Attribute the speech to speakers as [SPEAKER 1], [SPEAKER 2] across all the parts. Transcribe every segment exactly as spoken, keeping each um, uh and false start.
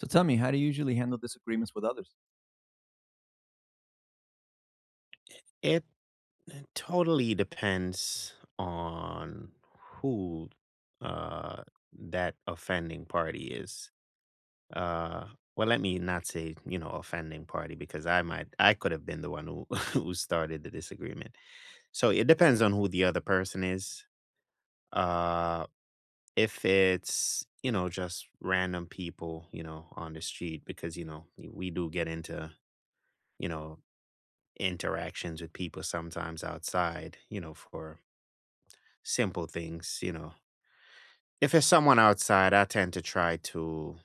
[SPEAKER 1] So tell me, how do you usually handle disagreements with others?
[SPEAKER 2] It totally depends on who uh, that offending party is. Uh, well, let me not say you know offending party because I might I could have been the one who who started the disagreement. So it depends on who the other person is. Uh, if it's you know just random people you know on the street because you know we do get into you know interactions with people sometimes outside you know for simple things, you know. If it's someone outside, I tend to try to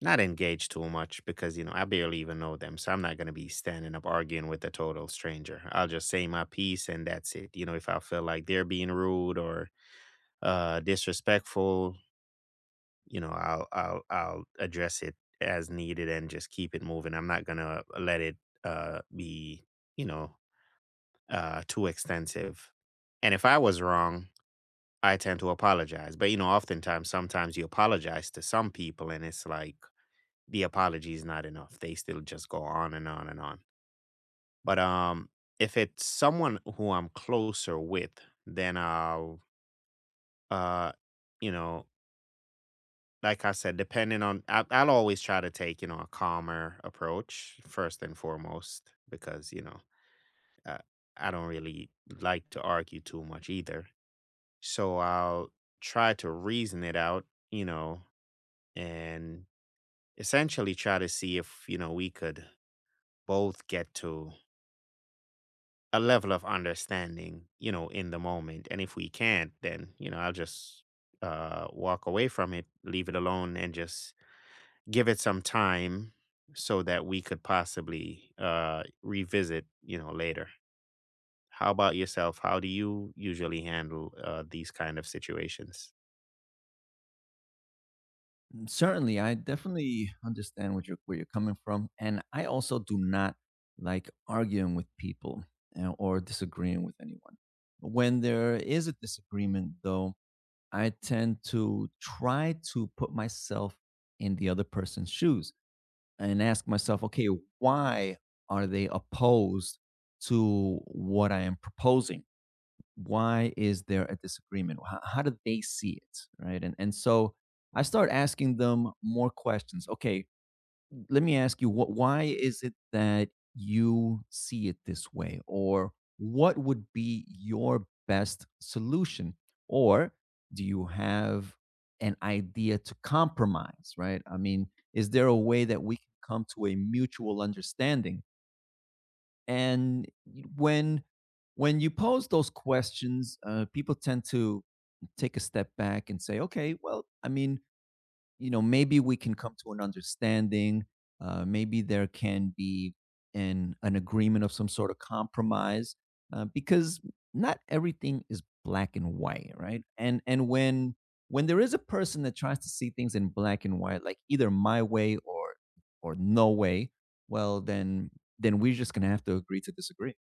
[SPEAKER 2] not engage too much because, you know, I barely even know them. So I'm not going to be standing up arguing with a total stranger. I'll just say my piece and that's it. You know, if I feel like they're being rude or uh, disrespectful, you know, I'll, I'll, I'll address it as needed and just keep it moving. I'm not going to let it uh, be, you know, uh, too extensive. And if I was wrong, I tend to apologize. But, you know, oftentimes, sometimes you apologize to some people and it's like the apology is not enough. They still just go on and on and on. But um If it's someone who I'm closer with, then I'll uh you know, like I said, depending on I, I'll always try to take, you know, a calmer approach first and foremost because, you know, uh, I don't really like to argue too much either. So I'll try to reason it out, you know, and essentially try to see if you know we could both get to a level of understanding you know in the moment. And if we can't, then you know I'll just uh walk away from it, leave it alone, and just give it some time so that we could possibly uh revisit you know later. How about yourself? How do you usually handle uh, these kind of situations?
[SPEAKER 1] Mm, certainly, I definitely understand what you're, where you're coming from, and I also do not like arguing with people uh, or disagreeing with anyone. When there is a disagreement, though, I tend to try to put myself in the other person's shoes and ask myself, okay, why are they opposed to what I am proposing? Why is there a disagreement? How, how do they see it, right? And and so I start asking them more questions. Okay, let me ask you, what, why is it that you see it this way, or what would be your best solution, or do you have an idea to compromise? Right, I mean, is there a way that we can come to a mutual understanding? And when when you pose those questions, uh, people tend to take a step back and say, okay, well, I mean, you know, maybe we can come to an understanding. Uh, maybe there can be an an agreement of some sort of compromise, uh, because not everything is black and white, right? And and when when there is a person that tries to see things in black and white, like either my way or or no way, well, then then we're just gonna have to agree to disagree.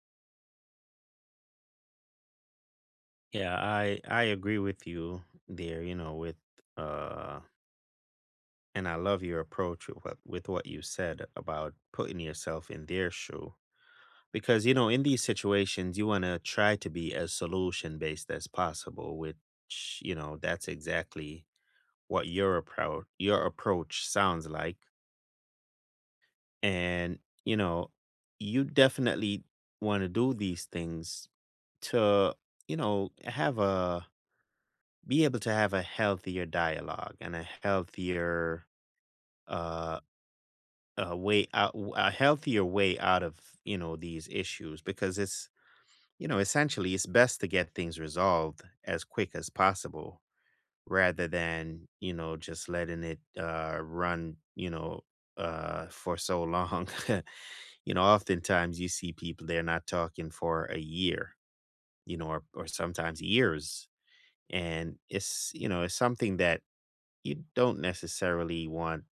[SPEAKER 2] Yeah, i i agree with you there, you know with uh and I love your approach with what, with what you said about putting yourself in their shoe. Because, you know, in these situations, you want to try to be as solution based as possible, which, you know, that's exactly what your approach, your approach sounds like. And, you know, you definitely want to do these things to, you know, have a, be able to have a healthier dialogue and a healthier, uh, a way out a healthier way out of you know these issues because it's you know essentially it's best to get things resolved as quick as possible rather than you know just letting it uh run you know uh for so long. You know, oftentimes you see people, they're not talking for a year, you know, or, or sometimes years, and it's you know it's something that you don't necessarily want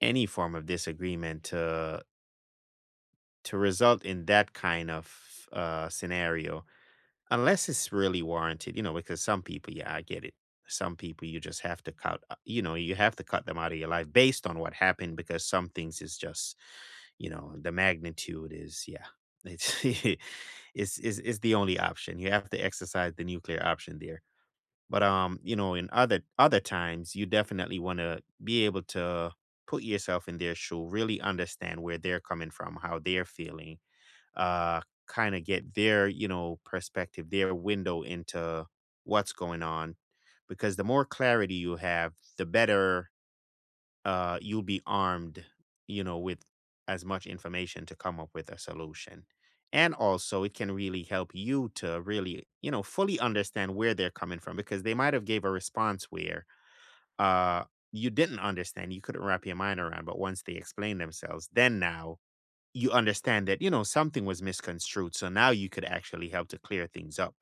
[SPEAKER 2] any form of disagreement to to result in that kind of uh, scenario, unless it's really warranted, you know, because some people, yeah, I get it. Some people you just have to cut, uh, you know, you have to cut them out of your life based on what happened because some things is just, you know, the magnitude is, yeah, it's it's, it's it's the only option. You have to exercise the nuclear option there. But um, you know, in other other times, you definitely want to be able to put yourself in their shoe, really understand where they're coming from, how they're feeling, uh, kind of get their, you know, perspective, their window into what's going on. Because the more clarity you have, the better uh, you'll be armed, you know, with as much information to come up with a solution. And also, it can really help you to really, you know, fully understand where they're coming from because they might have gave a response where uh, you didn't understand, you couldn't wrap your mind around. But once they explain themselves, then now you understand that, you know, something was misconstrued. So now you could actually help to clear things up,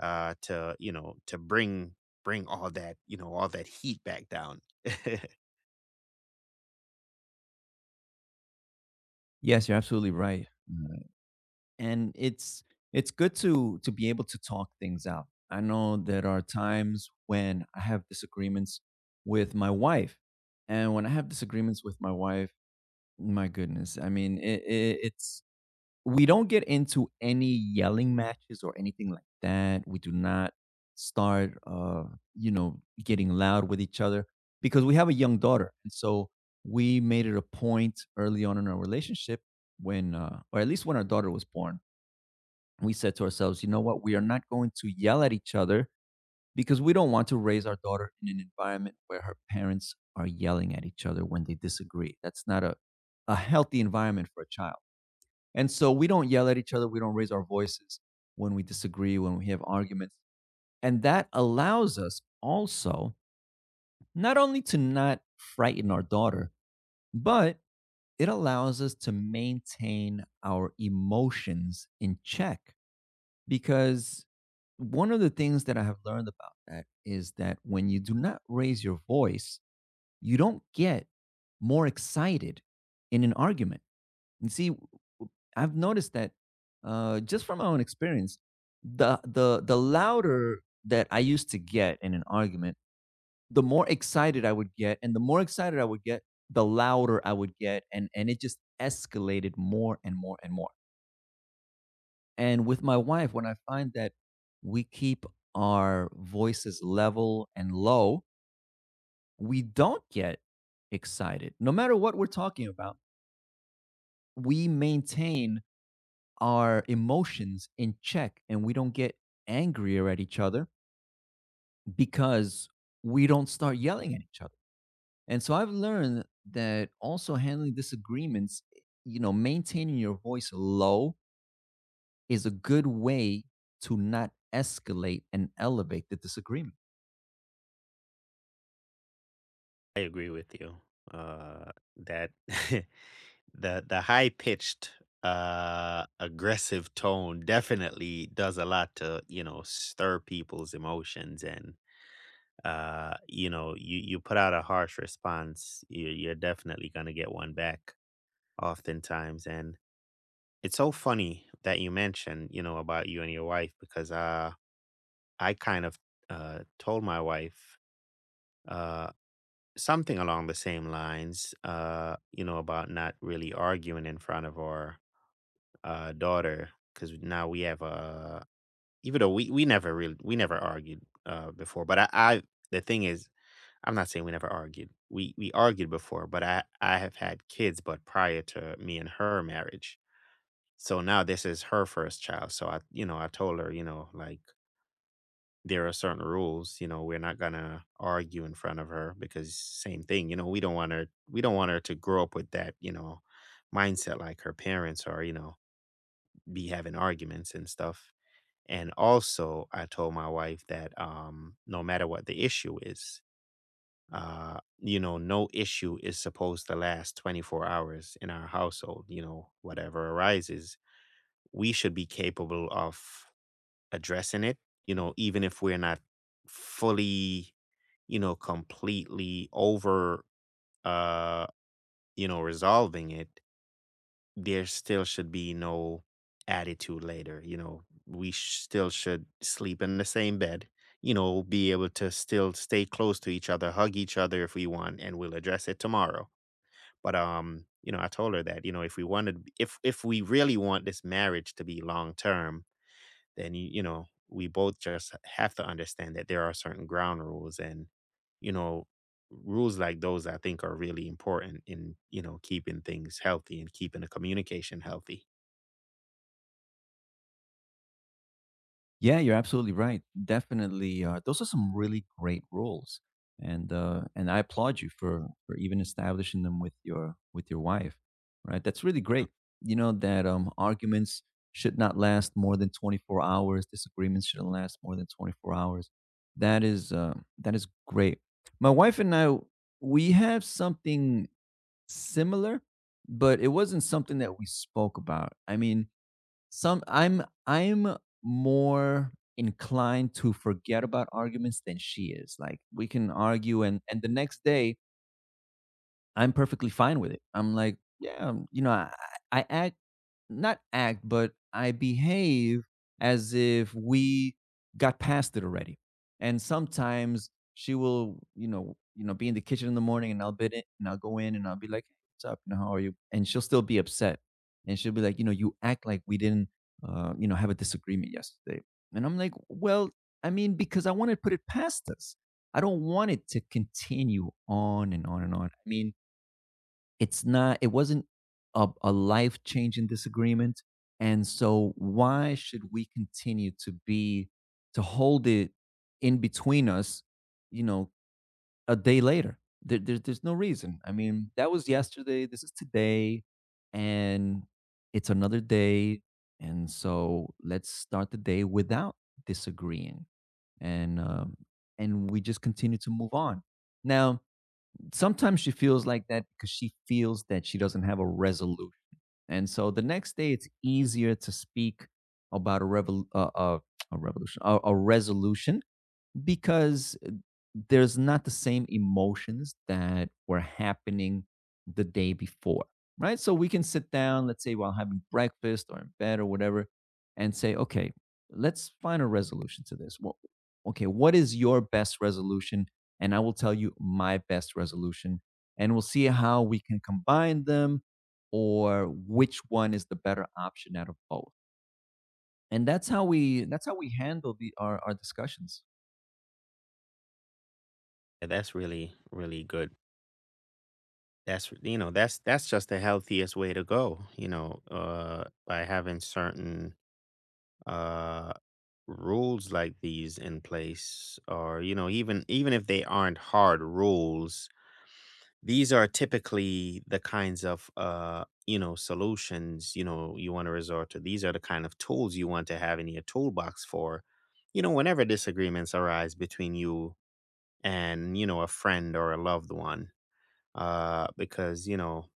[SPEAKER 2] uh, to, you know, to bring bring all that, you know, all that heat back down. I
[SPEAKER 1] Yes, you're absolutely right, and it's it's good to to be able to talk things out. I know there are times when I have disagreements with my wife, and when I have disagreements with my wife, my goodness, I mean, it, it, it's we don't get into any yelling matches or anything like that. We do not start, uh, you know, getting loud with each other because we have a young daughter, and so we made it a point early on in our relationship when, uh, or at least when our daughter was born, we said to ourselves, you know what? We are not going to yell at each other because we don't want to raise our daughter in an environment where her parents are yelling at each other when they disagree. That's not a, a healthy environment for a child. And so we don't yell at each other. We don't raise our voices when we disagree, when we have arguments. And that allows us also not only to not frighten our daughter, but it allows us to maintain our emotions in check, because one of the things that I have learned about that is that when you do not raise your voice, you don't get more excited in an argument. And see, i w- I've noticed that uh, just from my own experience, the the the louder that I used to get in an argument, the more excited I would get, and the more excited I would get, the louder I would get, and and it just escalated more and more and more. And with my wife, when I find that we keep our voices level and low, we don't get excited. No matter what we're talking about, we maintain our emotions in check, and we don't get angrier at each other because we don't start yelling at each other. And so I've learned that also handling disagreements, eh, you know, maintaining your voice low is a good way to not escalate and elevate the disagreement.
[SPEAKER 2] agree with you. Uh that the the high pitched uh aggressive tone definitely does a lot to, you know, stir people's emotions. And uh you know you you put out a harsh response, you, you're definitely going to get one back oftentimes. And it's so funny that you mentioned, you know, about you and your wife because uh, I kind of uh, told my wife uh, something along the same lines, uh, you know, about not really arguing in front of our uh, daughter because now we have a, even though we, we never really, we never argued uh, before, but I, I, the thing is, I'm not saying we never argued. We, we argued before, but I, I have had kids, but prior to me and her marriage. So now this is her first child. So I, you know, I told her, you know, like there are certain rules, you know, we're not going to argue in front of her because same thing, you know, we don't want her we don't want her to grow up with that, you know, mindset like her parents are, you know, be having arguments and stuff. And also, I told my wife that um no matter what the issue is, uh you know, no issue is supposed to last twenty-four hours in our household, you know, whatever arises we should be capable of addressing it, you know, even if we're not fully, you know, completely over, uh, you know, resolving it, there still should be no attitude later. You know, we sh- still should sleep in the same bed, you know, be able to still stay close to each other, hug each other if we want, and we'll address it tomorrow. But, um, you know, I told her that, you know, if we wanted, if, if we really want this marriage to be long term, then you you know, we both just have to understand that there are certain ground rules and, you know, rules like those I think are really important in, you know, keeping things healthy and keeping the communication healthy.
[SPEAKER 1] Yeah, you're absolutely right. Definitely, uh, those are some really great rules, and uh, and I applaud you for for even establishing them with your with your wife. Right, that's really great. You know that um, arguments should not last more than twenty-four hours. Disagreements shouldn't last more than twenty-four hours. That is uh, that is great. My wife and I, we have something similar, but it wasn't something that we spoke about. I mean, some I'm I'm more inclined to forget about arguments than she is. Like we can argue, and and the next day I'm perfectly fine with it. I'm like, yeah, um, you know, I, I act, not act, but I behave as if we got past it already. And sometimes she will, you know, you know, be in the kitchen in the morning, and I'll bid it, and I'll go in, and I'll be like, "Hey, what's up? You know, how are you?" And she'll still be upset, and she'll be like, "You know, you act like we didn't, uh, you know, have a disagreement yesterday." And I'm like, "Well, I mean, because I want to put it past us. I don't want it to continue on and on and on. I mean, it's not it wasn't a, a life-changing disagreement, and so why should we continue to be to hold it in between us, you know, a day later? There, there's there's no reason. I mean, that was yesterday, this is today, and it's another day, and so let's start the day without disagreeing. And um and we just continue to move on. Now, sometimes she feels like that because she feels that she doesn't have a resolution. And so the next day, it's easier to speak about a, revol- uh, uh, a revolution, a, a resolution, because uh, there's not the same emotions that were happening the day before, right? So we can sit down, let's say while having breakfast or in bed or whatever, and say, okay, let's find a resolution to this. Well, okay, what is your best resolution? And I will tell you my best resolution, and we'll see how we can combine them or which one is the better option out of both. And that's how we that's how we handle the our, our discussions.
[SPEAKER 2] And that's really, really good. That's You know, that's that's just the healthiest way to go, you know, uh by having certain uh rules like these in place, or you know, even even if they aren't hard rules, these are typically the kinds of, uh, you know, solutions, you know, you want to resort to. These are the kind of tools you want to have in your toolbox for, you know, whenever disagreements arise between you and, you know, a friend or a loved one. Uh, because, you know,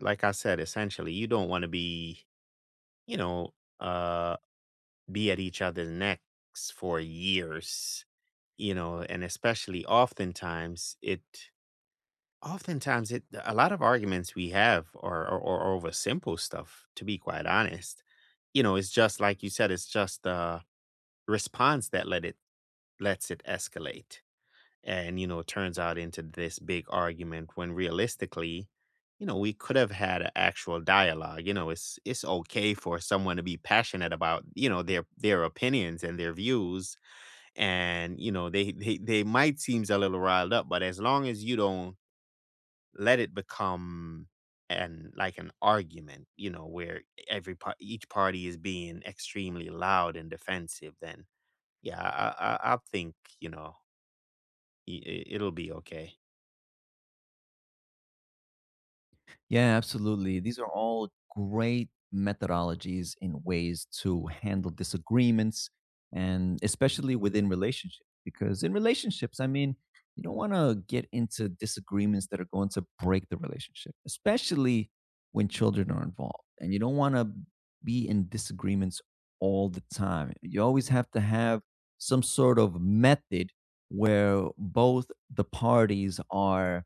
[SPEAKER 2] like I said, essentially, you don't want to be, you know, uh, be at each other's necks for years, you know. And especially oftentimes it oftentimes, it a lot of arguments we have are are are over simple stuff, to be quite honest. You know, it's just like you said, it's just the response that let it lets it escalate. And, you know, it turns out into this big argument when realistically, you know, we could have had an actual dialogue. You know, it's it's okay for someone to be passionate about, you know, their their opinions and their views. And, you know, they they, they might seem a little riled up, but as long as you don't let it become an like an argument, you know, where every part each party is being extremely loud and defensive, then yeah, I I, I I think you know i- i- it'll be okay.
[SPEAKER 1] Yeah, absolutely. These are all great methodologies in ways to handle disagreements, and especially within relationships. Because in relationships, I mean, you don't want to get into disagreements that are going to break the relationship, especially when children are involved. And you don't want to be in disagreements all the time. You always have to have some sort of method where both the parties are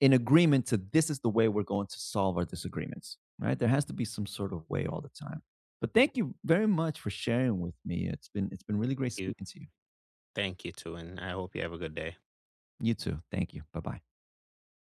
[SPEAKER 1] in agreement to, this is the way we're going to solve our disagreements, right? There has to be some sort of way all the time. But thank you very much for sharing with me. It's been it's been really great
[SPEAKER 2] You
[SPEAKER 1] speaking to you.
[SPEAKER 2] Thank you too, and I hope you have a good day.
[SPEAKER 1] You too. Thank you. Bye bye.